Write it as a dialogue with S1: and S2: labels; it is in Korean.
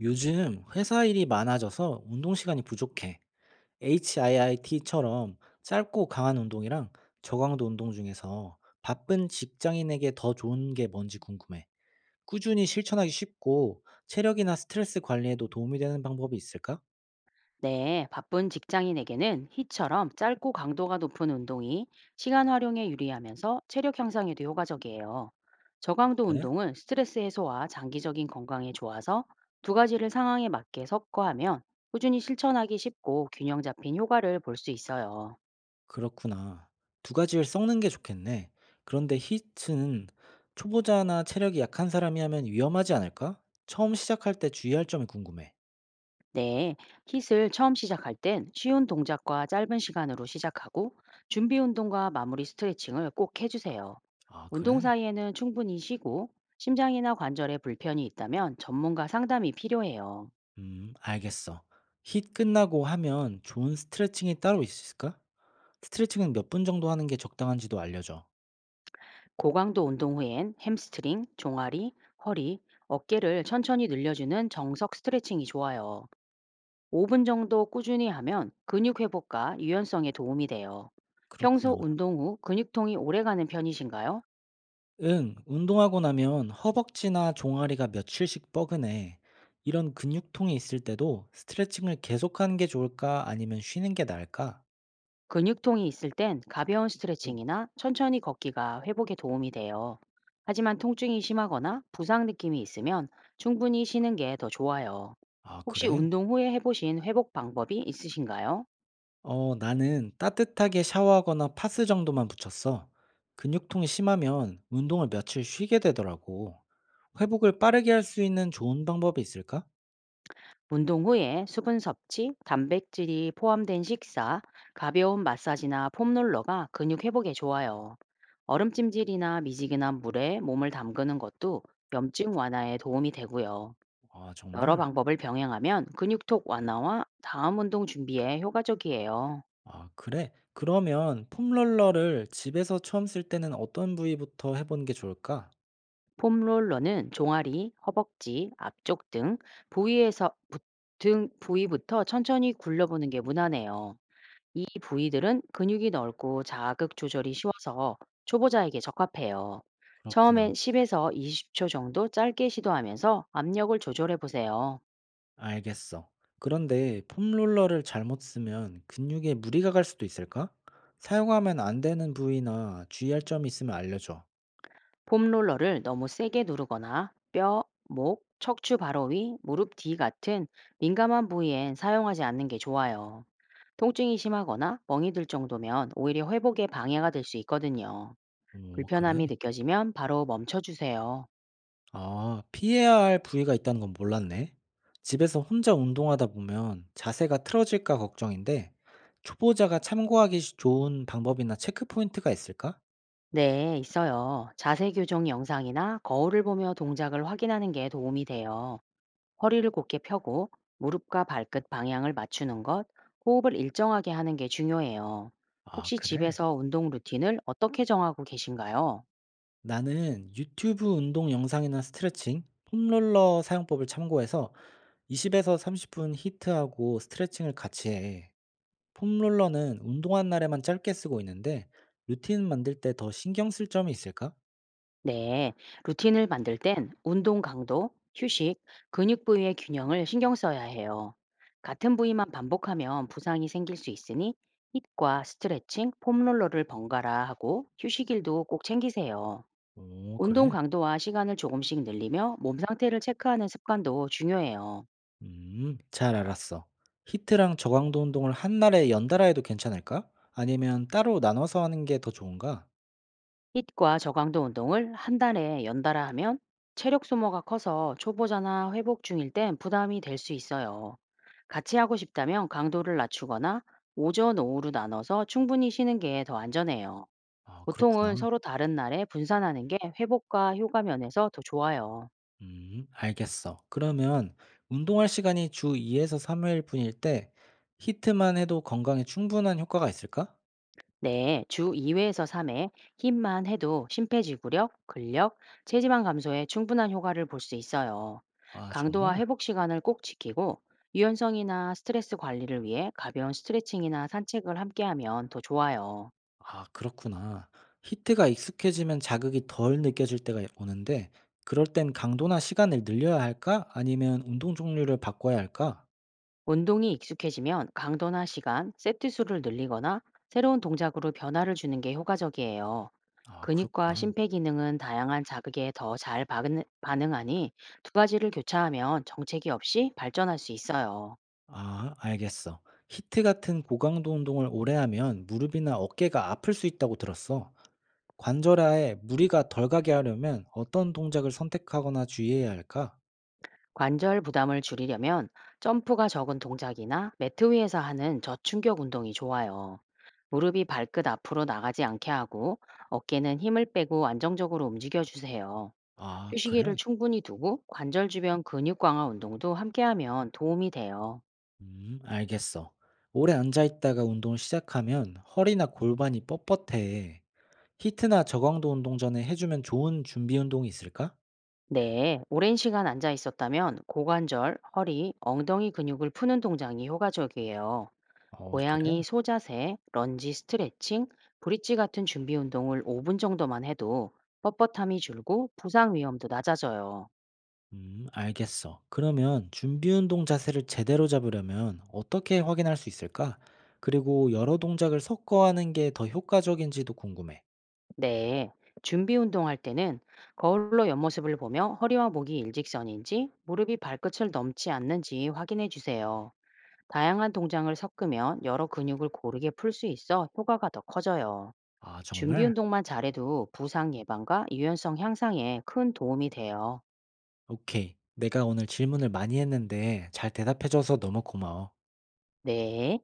S1: 요즘 회사 일이 많아져서 운동 시간이 부족해. HIIT처럼 짧고 강한 운동이랑 저강도 운동 중에서 바쁜 직장인에게 더 좋은 게 뭔지 궁금해. 꾸준히 실천하기 쉽고 체력이나 스트레스 관리에도 도움이 되는 방법이 있을까?
S2: 네, 바쁜 직장인에게는 히처럼 짧고 강도가 높은 운동이 시간 활용에 유리하면서 체력 향상에도 효과적이에요. 저강도
S1: 그래?
S2: 운동은 스트레스 해소와 장기적인 건강에 좋아서 두 가지를 상황에 맞게 섞어하면 꾸준히 실천하기 쉽고 균형 잡힌 효과를 볼 수 있어요.
S1: 그렇구나. 두 가지를 섞는 게 좋겠네. 그런데 히트는 초보자나 체력이 약한 사람이 하면 위험하지 않을까? 처음 시작할 때 주의할 점이 궁금해.
S2: 네, 킷을 처음 시작할 땐 쉬운 동작과 짧은 시간으로 시작하고 준비 운동과 마무리 스트레칭을 꼭 해주세요.
S1: 아,
S2: 운동
S1: 그래?
S2: 사이에는 충분히 쉬고 심장이나 관절에 불편이 있다면 전문가 상담이 필요해요.
S1: 알겠어. 힛 끝나고 하면 좋은 스트레칭이 따로 있을까? 스트레칭은 몇 분 정도 하는 게 적당한지도 알려줘.
S2: 고강도 운동 후엔 햄스트링, 종아리, 허리, 어깨를 천천히 늘려주는 정석 스트레칭이 좋아요. 5분 정도 꾸준히 하면 근육 회복과 유연성에 도움이 돼요. 평소
S1: 그렇구나.
S2: 운동 후 근육통이 오래 가는 편이신가요?
S1: 응, 운동하고 나면 허벅지나 종아리가 며칠씩 뻐근해. 이런 근육통이 있을 때도 스트레칭을 계속하는 게 좋을까? 아니면 쉬는 게 나을까?
S2: 근육통이 있을 땐 가벼운
S1: 음.
S2: 스트레칭이나 천천히 걷기가 회복에 도움이 돼요. 하지만 통증이 심하거나 부상 느낌이 있으면 충분히 쉬는 게 더 좋아요.
S1: 아,
S2: 혹시
S1: 그래?
S2: 운동 후에 해보신 회복 방법이 있으신가요?
S1: 어, 나는 따뜻하게 샤워하거나 파스 정도만 붙였어. 근육통이 심하면 운동을 며칠 쉬게 되더라고. 회복을 빠르게 할 수 있는 좋은 방법이 있을까?
S2: 운동 후에 수분 섭취, 단백질이 포함된 식사, 가벼운 마사지나 폼롤러가 근육 회복에 좋아요. 얼음찜질이나 미지근한 물에 몸을 담그는 것도 염증 완화에 도움이 되고요.
S1: 아,
S2: 여러
S1: 정말?
S2: 방법을 병행하면 근육통 완화와 다음 운동 준비에 효과적이에요.
S1: 아, 그래. 그러면 폼롤러를 집에서 처음 쓸 때는 어떤 부위부터 해보는 게 좋을까?
S2: 폼롤러는 종아리, 허벅지, 앞쪽 등 부위에서 등 부위부터 천천히 굴려보는 게 무난해요. 이 부위들은 근육이 넓고 자극 조절이 쉬워서 초보자에게 적합해요.
S1: 그렇구나.
S2: 처음엔 10에서 20초 정도 짧게 시도하면서 압력을 조절해 보세요.
S1: 알겠어. 그런데 폼롤러를 잘못 쓰면 근육에 무리가 갈 수도 있을까? 사용하면 안 되는 부위나 주의할 점이 있으면 알려줘.
S2: 폼롤러를 너무 세게 누르거나 뼈, 목, 척추 바로 위, 무릎 뒤 같은 민감한 부위엔 사용하지 않는 게 좋아요. 통증이 심하거나 멍이 들 정도면 오히려 회복에 방해가 될 수 있거든요.
S1: 오, 그래?
S2: 불편함이 느껴지면 바로 멈춰주세요.
S1: 아, 피해야 할 부위가 있다는 건 몰랐네. 집에서 혼자 운동하다 보면 자세가 틀어질까 걱정인데 초보자가 참고하기 좋은 방법이나 체크 포인트가 있을까?
S2: 네, 있어요. 자세 교정 영상이나 거울을 보며 동작을 확인하는 게 도움이 돼요. 허리를 곧게 펴고 무릎과 발끝 방향을 맞추는 것, 호흡을 일정하게 하는 게 중요해요.
S1: 아,
S2: 혹시
S1: 그래?
S2: 집에서 운동 루틴을 어떻게 정하고 계신가요?
S1: 나는 유튜브 운동 영상이나 스트레칭, 폼롤러 사용법을 참고해서 20에서 30분 히트하고 스트레칭을 같이 해. 폼롤러는 운동한 날에만 짧게 쓰고 있는데 루틴 만들 때 더 신경 쓸 점이 있을까?
S2: 네, 루틴을 만들 땐 운동 강도, 휴식, 근육 부위의 균형을 신경 써야 해요. 같은 부위만 반복하면 부상이 생길 수 있으니 힙과 스트레칭, 폼롤러를 번갈아 하고 휴식일도 꼭 챙기세요.
S1: 오,
S2: 운동
S1: 그래?
S2: 강도와 시간을 조금씩 늘리며 몸 상태를 체크하는 습관도 중요해요.
S1: 잘 알았어. 히트랑 저강도 운동을 한날에 연달아 해도 괜찮을까? 아니면 따로 나눠서 하는 게 더 좋은가?
S2: 힛과 저강도 운동을 한 달에 연달아 하면 체력 소모가 커서 초보자나 회복 중일 땐 부담이 될 수 있어요. 같이 하고 싶다면 강도를 낮추거나 오전, 오후로 나눠서 충분히 쉬는 게 더 안전해요.
S1: 아, 그렇구나.
S2: 보통은 서로 다른 날에 분산하는 게 회복과 효과 면에서 더 좋아요.
S1: 알겠어. 그러면 운동할 시간이 주 2에서 3일 뿐일 때 히트만 해도 건강에 충분한 효과가 있을까?
S2: 네, 주 2회에서 3회 힘만 해도 심폐지구력, 근력, 체지방 감소에 충분한 효과를 볼 수 있어요.
S1: 아,
S2: 강도와
S1: 정말?
S2: 회복 시간을 꼭 지키고 유연성이나 스트레스 관리를 위해 가벼운 스트레칭이나 산책을 함께하면 더 좋아요.
S1: 아, 그렇구나. 히트가 익숙해지면 자극이 덜 느껴질 때가 오는데 그럴 땐 강도나 시간을 늘려야 할까? 아니면 운동 종류를 바꿔야 할까?
S2: 운동이 익숙해지면 강도나 시간, 세트 수를 늘리거나 새로운 동작으로 변화를 주는 게 효과적이에요.
S1: 아,
S2: 근육과
S1: 그렇구나.
S2: 심폐 기능은 다양한 자극에 더 잘 반응하니 두 가지를 교차하면 정체기 없이 발전할 수 있어요.
S1: 아, 알겠어. 히트 같은 고강도 운동을 오래 하면 무릎이나 어깨가 아플 수 있다고 들었어. 관절하에 무리가 덜 가게 하려면 어떤 동작을 선택하거나 주의해야 할까?
S2: 관절 부담을 줄이려면 점프가 적은 동작이나 매트 위에서 하는 저충격 운동이 좋아요. 무릎이 발끝 앞으로 나가지 않게 하고 어깨는 힘을 빼고 안정적으로 움직여 주세요.
S1: 아,
S2: 휴식일을
S1: 그래?
S2: 충분히 두고 관절 주변 근육 강화 운동도 함께하면 도움이 돼요.
S1: 알겠어. 오래 앉아 있다가 운동을 시작하면 허리나 골반이 뻣뻣해. 히트나 저강도 운동 전에 해주면 좋은 준비 운동이 있을까?
S2: 네, 오랜 시간 앉아 있었다면 고관절, 허리, 엉덩이 근육을 푸는 동작이 효과적이에요.
S1: 어,
S2: 고양이
S1: 그래?
S2: 소자세, 런지 스트레칭, 브릿지 같은 준비 운동을 5분 정도만 해도 뻣뻣함이 줄고 부상 위험도 낮아져요.
S1: 알겠어. 그러면 준비 운동 자세를 제대로 잡으려면 어떻게 확인할 수 있을까? 그리고 여러 동작을 섞어 하는 게 더 효과적인지도 궁금해.
S2: 네, 준비 운동할 때는 거울로 옆모습을 보며 허리와 목이 일직선인지 무릎이 발끝을 넘지 않는지 확인해 주세요. 다양한 동작을 섞으면 여러 근육을 고르게 풀 수 있어 효과가 더 커져요.
S1: 아,
S2: 준비
S1: 정말?
S2: 운동만 잘해도 부상 예방과 유연성 향상에 큰 도움이 돼요.
S1: 오케이. 내가 오늘 질문을 많이 했는데 잘 대답해줘서 너무 고마워.
S2: 네.